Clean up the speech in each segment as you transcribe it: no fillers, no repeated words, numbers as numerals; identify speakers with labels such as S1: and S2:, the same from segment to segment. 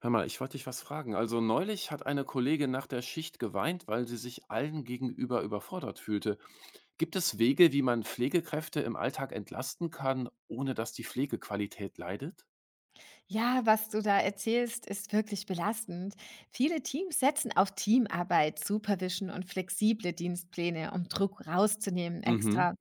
S1: Hör mal, ich wollte dich was fragen. Also neulich hat eine Kollegin nach der Schicht geweint, weil sie sich allen gegenüber überfordert fühlte. Gibt es Wege, wie man Pflegekräfte im Alltag entlasten kann, ohne dass die Pflegequalität leidet?
S2: Ja, was du da erzählst, ist wirklich belastend. Viele Teams setzen auf Teamarbeit, Supervision und flexible Dienstpläne, um Druck rauszunehmen
S1: Mhm.
S2: extra.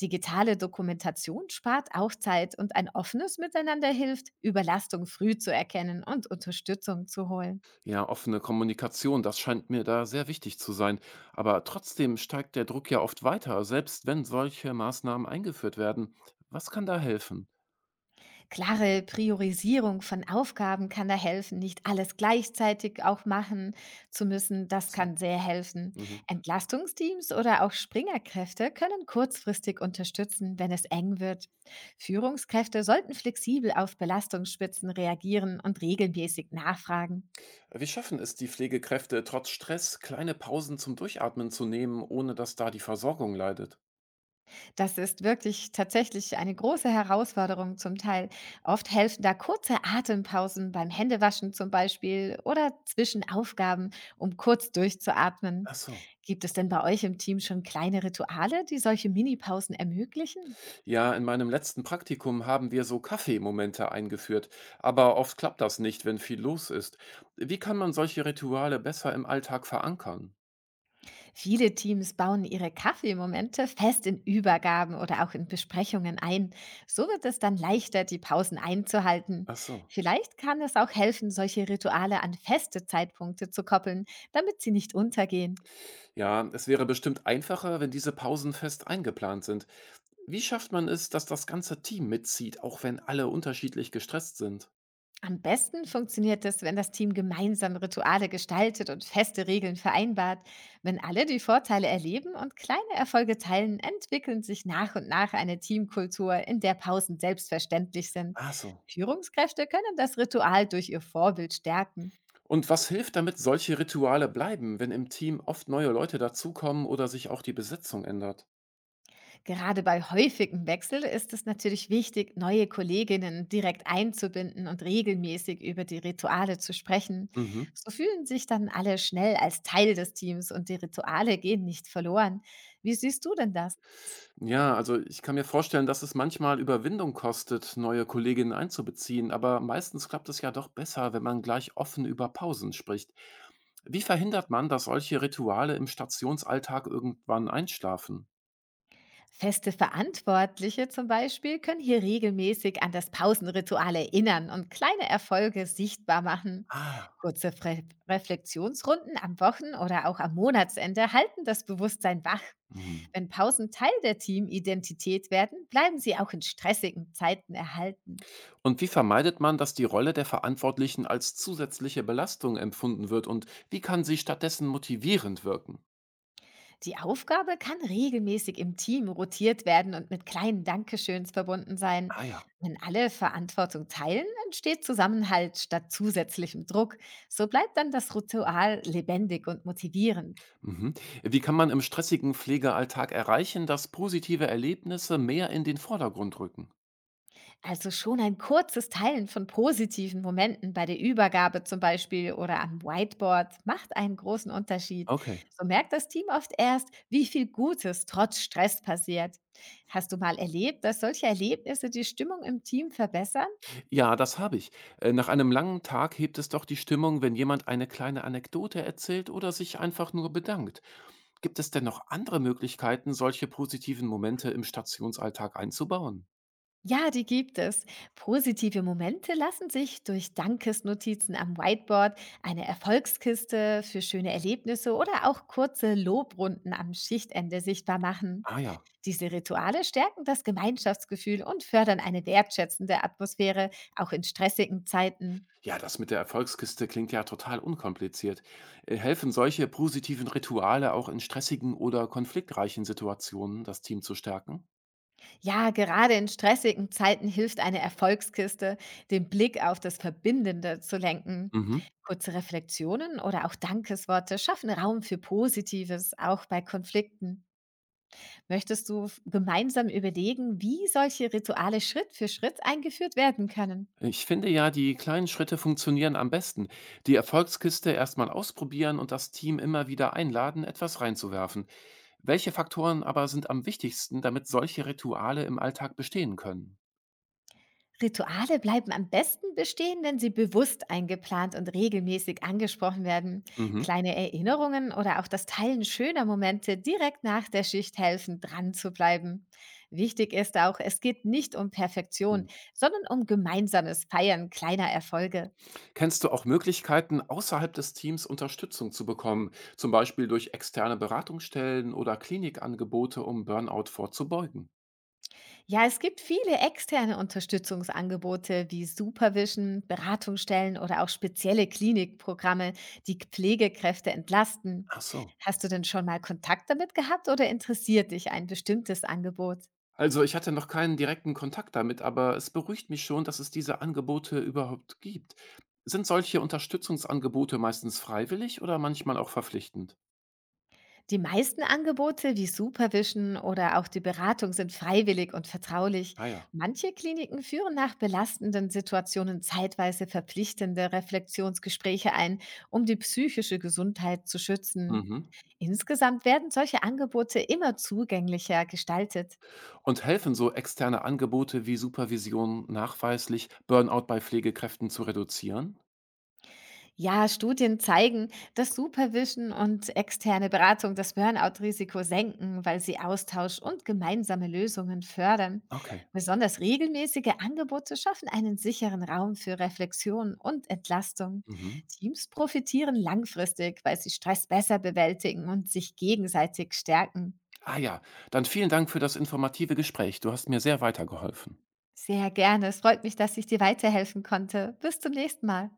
S2: Digitale Dokumentation spart auch Zeit und ein offenes Miteinander hilft, Überlastung früh zu erkennen und Unterstützung zu holen.
S1: Ja, offene Kommunikation, das scheint mir da sehr wichtig zu sein. Aber trotzdem steigt der Druck ja oft weiter, selbst wenn solche Maßnahmen eingeführt werden. Was kann da helfen?
S2: Klare Priorisierung von Aufgaben kann da helfen, nicht alles gleichzeitig auch machen zu müssen.
S1: Ach
S2: Das
S1: so.
S2: kann sehr helfen.
S1: Mhm.
S2: Entlastungsteams oder auch Springerkräfte können kurzfristig unterstützen, wenn es eng wird. Führungskräfte sollten flexibel auf Belastungsspitzen reagieren und regelmäßig nachfragen.
S1: Wie schaffen es die Pflegekräfte, trotz Stress kleine Pausen zum Durchatmen zu nehmen, ohne dass da die Versorgung leidet?
S2: Das ist wirklich tatsächlich eine große Herausforderung zum Teil. Oft helfen da kurze Atempausen beim Händewaschen zum Beispiel oder zwischen Aufgaben, um kurz
S1: Ach
S2: durchzuatmen.
S1: so.
S2: Gibt es denn bei euch im Team schon kleine Rituale, die solche Minipausen ermöglichen?
S1: Ja, in meinem letzten Praktikum haben wir so Kaffeemomente eingeführt, aber oft klappt das nicht, wenn viel los ist. Wie kann man solche Rituale besser im Alltag verankern?
S2: Viele Teams bauen ihre Kaffeemomente fest in Übergaben oder auch in Besprechungen ein. So wird es dann leichter, die Pausen einzuhalten.
S1: Ach so.
S2: Vielleicht kann es auch helfen, solche Rituale an feste Zeitpunkte zu koppeln, damit sie nicht untergehen.
S1: Ja, es wäre bestimmt einfacher, wenn diese Pausen fest eingeplant sind. Wie schafft man es, dass das ganze Team mitzieht, auch wenn alle unterschiedlich gestresst sind?
S2: Am besten funktioniert es, wenn das Team gemeinsam Rituale gestaltet und feste Regeln vereinbart. Wenn alle die Vorteile erleben und kleine Erfolge teilen, entwickeln sich nach und nach eine Teamkultur, in der Pausen selbstverständlich sind.
S1: Ach so.
S2: Führungskräfte können das Ritual durch ihr Vorbild stärken.
S1: Und was hilft, damit solche Rituale bleiben, wenn im Team oft neue Leute dazukommen oder sich auch die Besetzung ändert?
S2: Gerade bei häufigem Wechsel ist es natürlich wichtig, neue Kolleginnen direkt einzubinden und regelmäßig über die Rituale zu sprechen.
S1: Mhm.
S2: So fühlen sich dann alle schnell als Teil des Teams und die Rituale gehen nicht verloren. Wie siehst du denn das?
S1: Ja, also ich kann mir vorstellen, dass es manchmal Überwindung kostet, neue Kolleginnen einzubeziehen, aber meistens klappt es ja doch besser, wenn man gleich offen über Pausen spricht. Wie verhindert man, dass solche Rituale im Stationsalltag irgendwann einschlafen?
S2: Feste Verantwortliche zum Beispiel können hier regelmäßig an das Pausenritual erinnern und kleine Erfolge sichtbar machen.
S1: Ah.
S2: Kurze Fre Reflexionsrunden am Wochen- oder auch am Monatsende halten das Bewusstsein wach.
S1: Mhm.
S2: Wenn Pausen Teil der Teamidentität werden, bleiben sie auch in stressigen Zeiten erhalten.
S1: Und wie vermeidet man, dass die Rolle der Verantwortlichen als zusätzliche Belastung empfunden wird und wie kann sie stattdessen motivierend wirken?
S2: Die Aufgabe kann regelmäßig im Team rotiert werden und mit kleinen Dankeschöns verbunden sein.
S1: Ah ja.
S2: Wenn alle Verantwortung teilen, entsteht Zusammenhalt statt zusätzlichem Druck. So bleibt dann das Ritual lebendig und motivierend.
S1: Mhm. Wie kann man im stressigen Pflegealltag erreichen, dass positive Erlebnisse mehr in den Vordergrund rücken?
S2: Also schon ein kurzes Teilen von positiven Momenten bei der Übergabe zum Beispiel oder am Whiteboard macht einen großen Unterschied.
S1: Okay.
S2: So merkt das Team oft erst, wie viel Gutes trotz Stress passiert. Hast du mal erlebt, dass solche Erlebnisse die Stimmung im Team verbessern?
S1: Ja, das habe ich. Nach einem langen Tag hebt es doch die Stimmung, wenn jemand eine kleine Anekdote erzählt oder sich einfach nur bedankt. Gibt es denn noch andere Möglichkeiten, solche positiven Momente im Stationsalltag einzubauen?
S2: Ja, die gibt es. Positive Momente lassen sich durch Dankesnotizen am Whiteboard, eine Erfolgskiste für schöne Erlebnisse oder auch kurze Lobrunden am Schichtende sichtbar machen.
S1: Ah ja.
S2: Diese Rituale stärken das Gemeinschaftsgefühl und fördern eine wertschätzende Atmosphäre, auch in stressigen Zeiten.
S1: Ja, das mit der Erfolgskiste klingt ja total unkompliziert. Helfen solche positiven Rituale auch in stressigen oder konfliktreichen Situationen, das Team zu stärken?
S2: Ja, gerade in stressigen Zeiten hilft eine Erfolgskiste, den Blick auf das Verbindende zu lenken.
S1: Mhm.
S2: Kurze Reflexionen oder auch Dankesworte schaffen Raum für Positives, auch bei Konflikten. Möchtest du gemeinsam überlegen, wie solche Rituale Schritt für Schritt eingeführt werden können?
S1: Ich finde ja, die kleinen Schritte funktionieren am besten. Die Erfolgskiste erstmal ausprobieren und das Team immer wieder einladen, etwas reinzuwerfen. Welche Faktoren aber sind am wichtigsten, damit solche Rituale im Alltag bestehen können?
S2: Rituale bleiben am besten bestehen, wenn sie bewusst eingeplant und regelmäßig angesprochen werden.
S1: Mhm.
S2: Kleine Erinnerungen oder auch das Teilen schöner Momente direkt nach der Schicht helfen, dran zu bleiben. Wichtig ist auch, es geht nicht um Perfektion, sondern um gemeinsames Feiern kleiner Erfolge.
S1: Kennst du auch Möglichkeiten, außerhalb des Teams Unterstützung zu bekommen, zum Beispiel durch externe Beratungsstellen oder Klinikangebote, um Burnout vorzubeugen?
S2: Ja, es gibt viele externe Unterstützungsangebote wie Supervision, Beratungsstellen oder auch spezielle Klinikprogramme, die Pflegekräfte entlasten.
S1: Ach so.
S2: Hast du denn schon mal Kontakt damit gehabt oder interessiert dich ein bestimmtes Angebot?
S1: Also ich hatte noch keinen direkten Kontakt damit, aber es beruhigt mich schon, dass es diese Angebote überhaupt gibt. Sind solche Unterstützungsangebote meistens freiwillig oder manchmal auch verpflichtend?
S2: Die meisten Angebote wie Supervision oder auch die Beratung sind freiwillig und vertraulich.
S1: Ah ja.
S2: Manche Kliniken führen nach belastenden Situationen zeitweise verpflichtende Reflexionsgespräche ein, um die psychische Gesundheit zu schützen.
S1: Mhm.
S2: Insgesamt werden solche Angebote immer zugänglicher gestaltet.
S1: Und helfen so externe Angebote wie Supervision nachweislich, Burnout bei Pflegekräften zu reduzieren?
S2: Ja, Studien zeigen, dass Supervision und externe Beratung das Burnout-Risiko senken, weil sie Austausch und gemeinsame Lösungen fördern.
S1: Okay.
S2: Besonders regelmäßige Angebote schaffen einen sicheren Raum für Reflexion und Entlastung.
S1: Mhm.
S2: Teams profitieren langfristig, weil sie Stress besser bewältigen und sich gegenseitig stärken.
S1: Ah ja, dann vielen Dank für das informative Gespräch. Du hast mir sehr weitergeholfen.
S2: Sehr gerne. Es freut mich, dass ich dir weiterhelfen konnte. Bis zum nächsten Mal.